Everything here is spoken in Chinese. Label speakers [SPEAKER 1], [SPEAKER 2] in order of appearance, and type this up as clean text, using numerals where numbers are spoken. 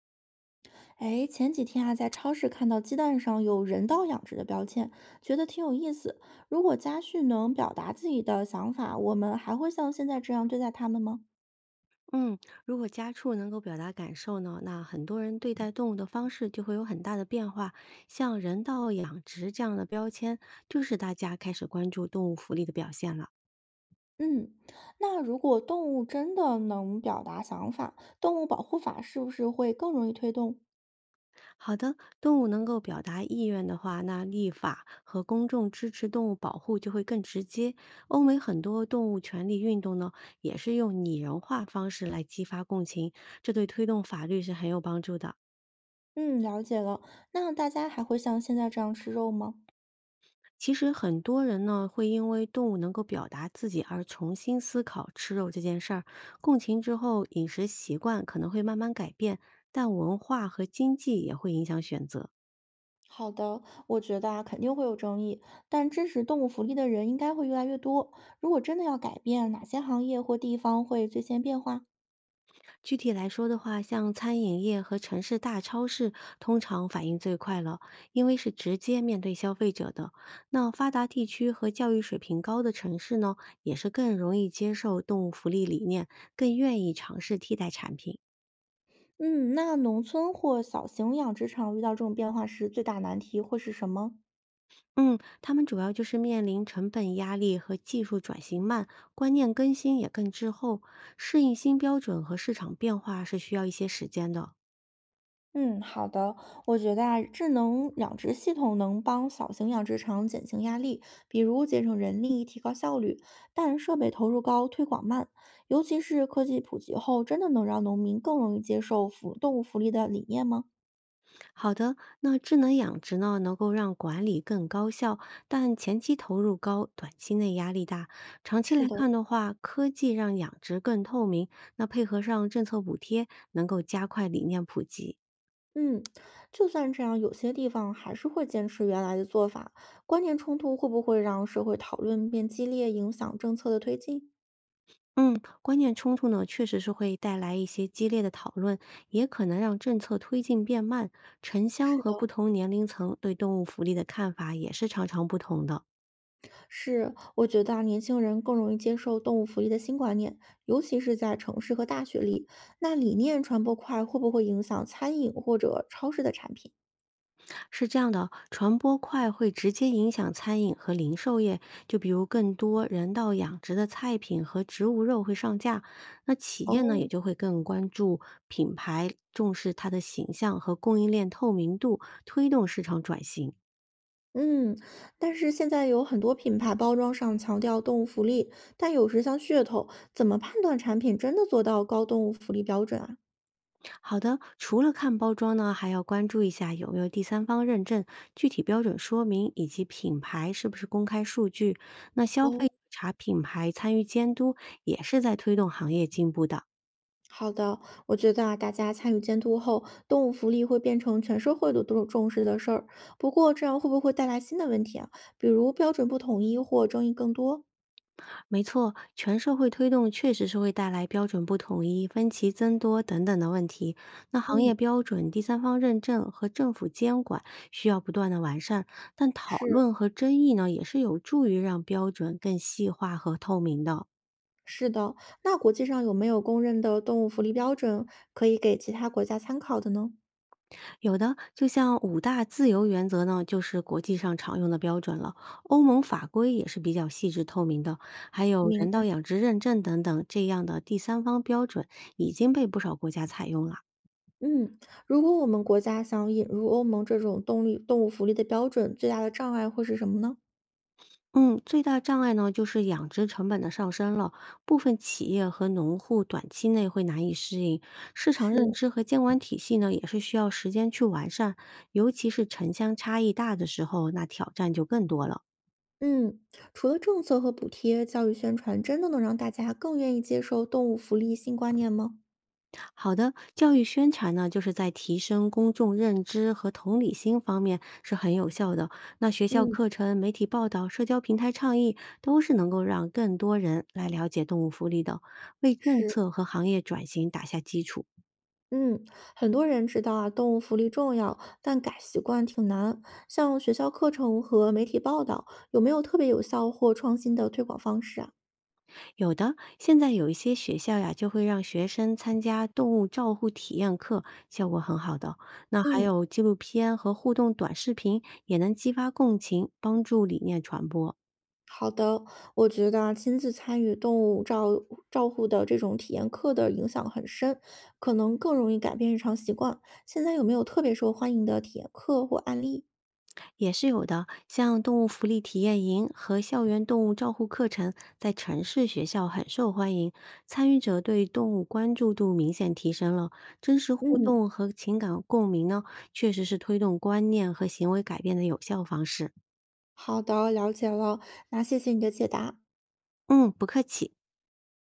[SPEAKER 1] 哎，前几天啊，在超市看到鸡蛋上有人道养殖的标签，觉得挺有意思。如果家畜能表达自己的想法，我们还会像现在这样对待他们吗？
[SPEAKER 2] 嗯，如果家畜能够表达感受呢，那很多人对待动物的方式就会有很大的变化。像人道养殖这样的标签，就是大家开始关注动物福利的表现了。
[SPEAKER 1] 嗯，那如果动物真的能表达想法，动物保护法是不是会更容易推动？
[SPEAKER 2] 好的，动物能够表达意愿的话，那立法和公众支持动物保护就会更直接。欧美很多动物权利运动呢，也是用拟人化方式来激发共情，这对推动法律是很有帮助的。
[SPEAKER 1] 嗯，了解了。那大家还会像现在这样吃肉吗？
[SPEAKER 2] 其实很多人呢，会因为动物能够表达自己而重新思考吃肉这件事儿，共情之后，饮食习惯可能会慢慢改变，但文化和经济也会影响选择。
[SPEAKER 1] 好的，我觉得啊，肯定会有争议，但支持动物福利的人应该会越来越多。如果真的要改变，哪些行业或地方会最先变化？
[SPEAKER 2] 具体来说的话，像餐饮业和城市大超市，通常反应最快了，因为是直接面对消费者的。那发达地区和教育水平高的城市呢，也是更容易接受动物福利理念，更愿意尝试替代产品。
[SPEAKER 1] 嗯，那农村或小型养殖场遇到这种变化时，最大难题会是什么？
[SPEAKER 2] 嗯，他们主要就是面临成本压力和技术转型慢，观念更新也更滞后，适应新标准和市场变化是需要一些时间的。
[SPEAKER 1] 嗯，好的。我觉得啊，智能养殖系统能帮小型养殖场减轻压力，比如节省人力、提高效率，但设备投入高、推广慢，尤其是科技普及后，真的能让农民更容易接受福动物福利的理念吗？
[SPEAKER 2] 好的，那智能养殖呢，能够让管理更高效，但前期投入高，短期内压力大。长期
[SPEAKER 1] 是
[SPEAKER 2] 来
[SPEAKER 1] 的，
[SPEAKER 2] 看的话，科技让养殖更透明，那配合上政策补贴，能够加快理念普及。
[SPEAKER 1] 嗯，就算这样，有些地方还是会坚持原来的做法。观念冲突会不会让社会讨论变激烈，影响政策的推进？
[SPEAKER 2] 嗯，观念冲突呢，确实是会带来一些激烈的讨论，也可能让政策推进变慢。城乡
[SPEAKER 1] 是的，
[SPEAKER 2] 和不同年龄层对动物福利的看法也是常常不同的。
[SPEAKER 1] 是，我觉得啊，年轻人更容易接受动物福利的新观念，尤其是在城市和大学里。那理念传播快，会不会影响餐饮或者超市的产品？
[SPEAKER 2] 是这样的，传播快会直接影响餐饮和零售业，就比如更多人道养殖的菜品和植物肉会上架，那企业呢
[SPEAKER 1] 哦，
[SPEAKER 2] 也就会更关注品牌，重视它的形象和供应链透明度，推动市场转型。
[SPEAKER 1] 嗯，但是现在有很多品牌包装上强调动物福利，但有时像噱头，怎么判断产品真的做到高动物福利标准啊？
[SPEAKER 2] 好的，除了看包装呢，还要关注一下有没有第三方认证、具体标准说明以及品牌是不是公开数据。那消费者
[SPEAKER 1] 哦。
[SPEAKER 2] 查品牌参与监督也是在推动行业进步的。
[SPEAKER 1] 好的，我觉得啊，大家参与监督后，动物福利会变成全社会都重视的事儿。不过，这样会不会带来新的问题啊？比如标准不统一或争议更多？
[SPEAKER 2] 没错，全社会推动确实是会带来标准不统一、分歧增多等等的问题。那行业
[SPEAKER 1] 嗯，
[SPEAKER 2] 标准、第三方认证和政府监管需要不断的完善，但讨
[SPEAKER 1] 是
[SPEAKER 2] 论和争议呢，也是有助于让标准更细化和透明的。
[SPEAKER 1] 是的，那国际上有没有公认的动物福利标准可以给其他国家参考的呢？
[SPEAKER 2] 有的，就像五大自由原则呢，就是国际上常用的标准了。欧盟法规也是比较细致透明的，还有
[SPEAKER 1] 明
[SPEAKER 2] 人
[SPEAKER 1] 白。
[SPEAKER 2] 道养殖认证等等这样的第三方标准，已经被不少国家采用了。
[SPEAKER 1] 嗯，如果我们国家想引入欧盟这种动力动物福利的标准，最大的障碍会是什么呢？
[SPEAKER 2] 嗯，最大障碍呢就是养殖成本的上升了，部分企业和农户短期内会难以适应，市场
[SPEAKER 1] 是
[SPEAKER 2] 认知和监管体系呢也是需要时间去完善，尤其是城乡差异大的时候，那挑战就更多了。
[SPEAKER 1] 嗯，除了政策和补贴，教育宣传真的能让大家更愿意接受动物福利新观念吗？
[SPEAKER 2] 好的，教育宣传呢，就是在提升公众认知和同理心方面是很有效的。那学校
[SPEAKER 1] 嗯，
[SPEAKER 2] 课程、媒体报道、社交平台倡议，都是能够让更多人来了解动物福利的，为政
[SPEAKER 1] 是，
[SPEAKER 2] 策和行业转型打下基础。
[SPEAKER 1] 嗯，很多人知道啊，动物福利重要，但改习惯挺难。像学校课程和媒体报道，有没有特别有效或创新的推广方式啊？
[SPEAKER 2] 有的，现在有一些学校呀，就会让学生参加动物照护体验课，效果很好的。那还
[SPEAKER 1] 嗯，
[SPEAKER 2] 有纪录片和互动短视频，也能激发共情，帮助理念传播。
[SPEAKER 1] 好的，我觉得啊，亲自参与动物照护的这种体验课的影响很深，可能更容易改变日常习惯。现在有没有特别受欢迎的体验课或案例？
[SPEAKER 2] 也是有的，像动物福利体验营和校园动物照护课程，在城市学校很受欢迎，参与者对动物关注度明显提升了。真实互
[SPEAKER 1] 嗯。
[SPEAKER 2] 动和情感共鸣呢，确实是推动观念和行为改变的有效方式。
[SPEAKER 1] 好的，了解了。那谢谢你的解答。
[SPEAKER 2] 嗯，不客气。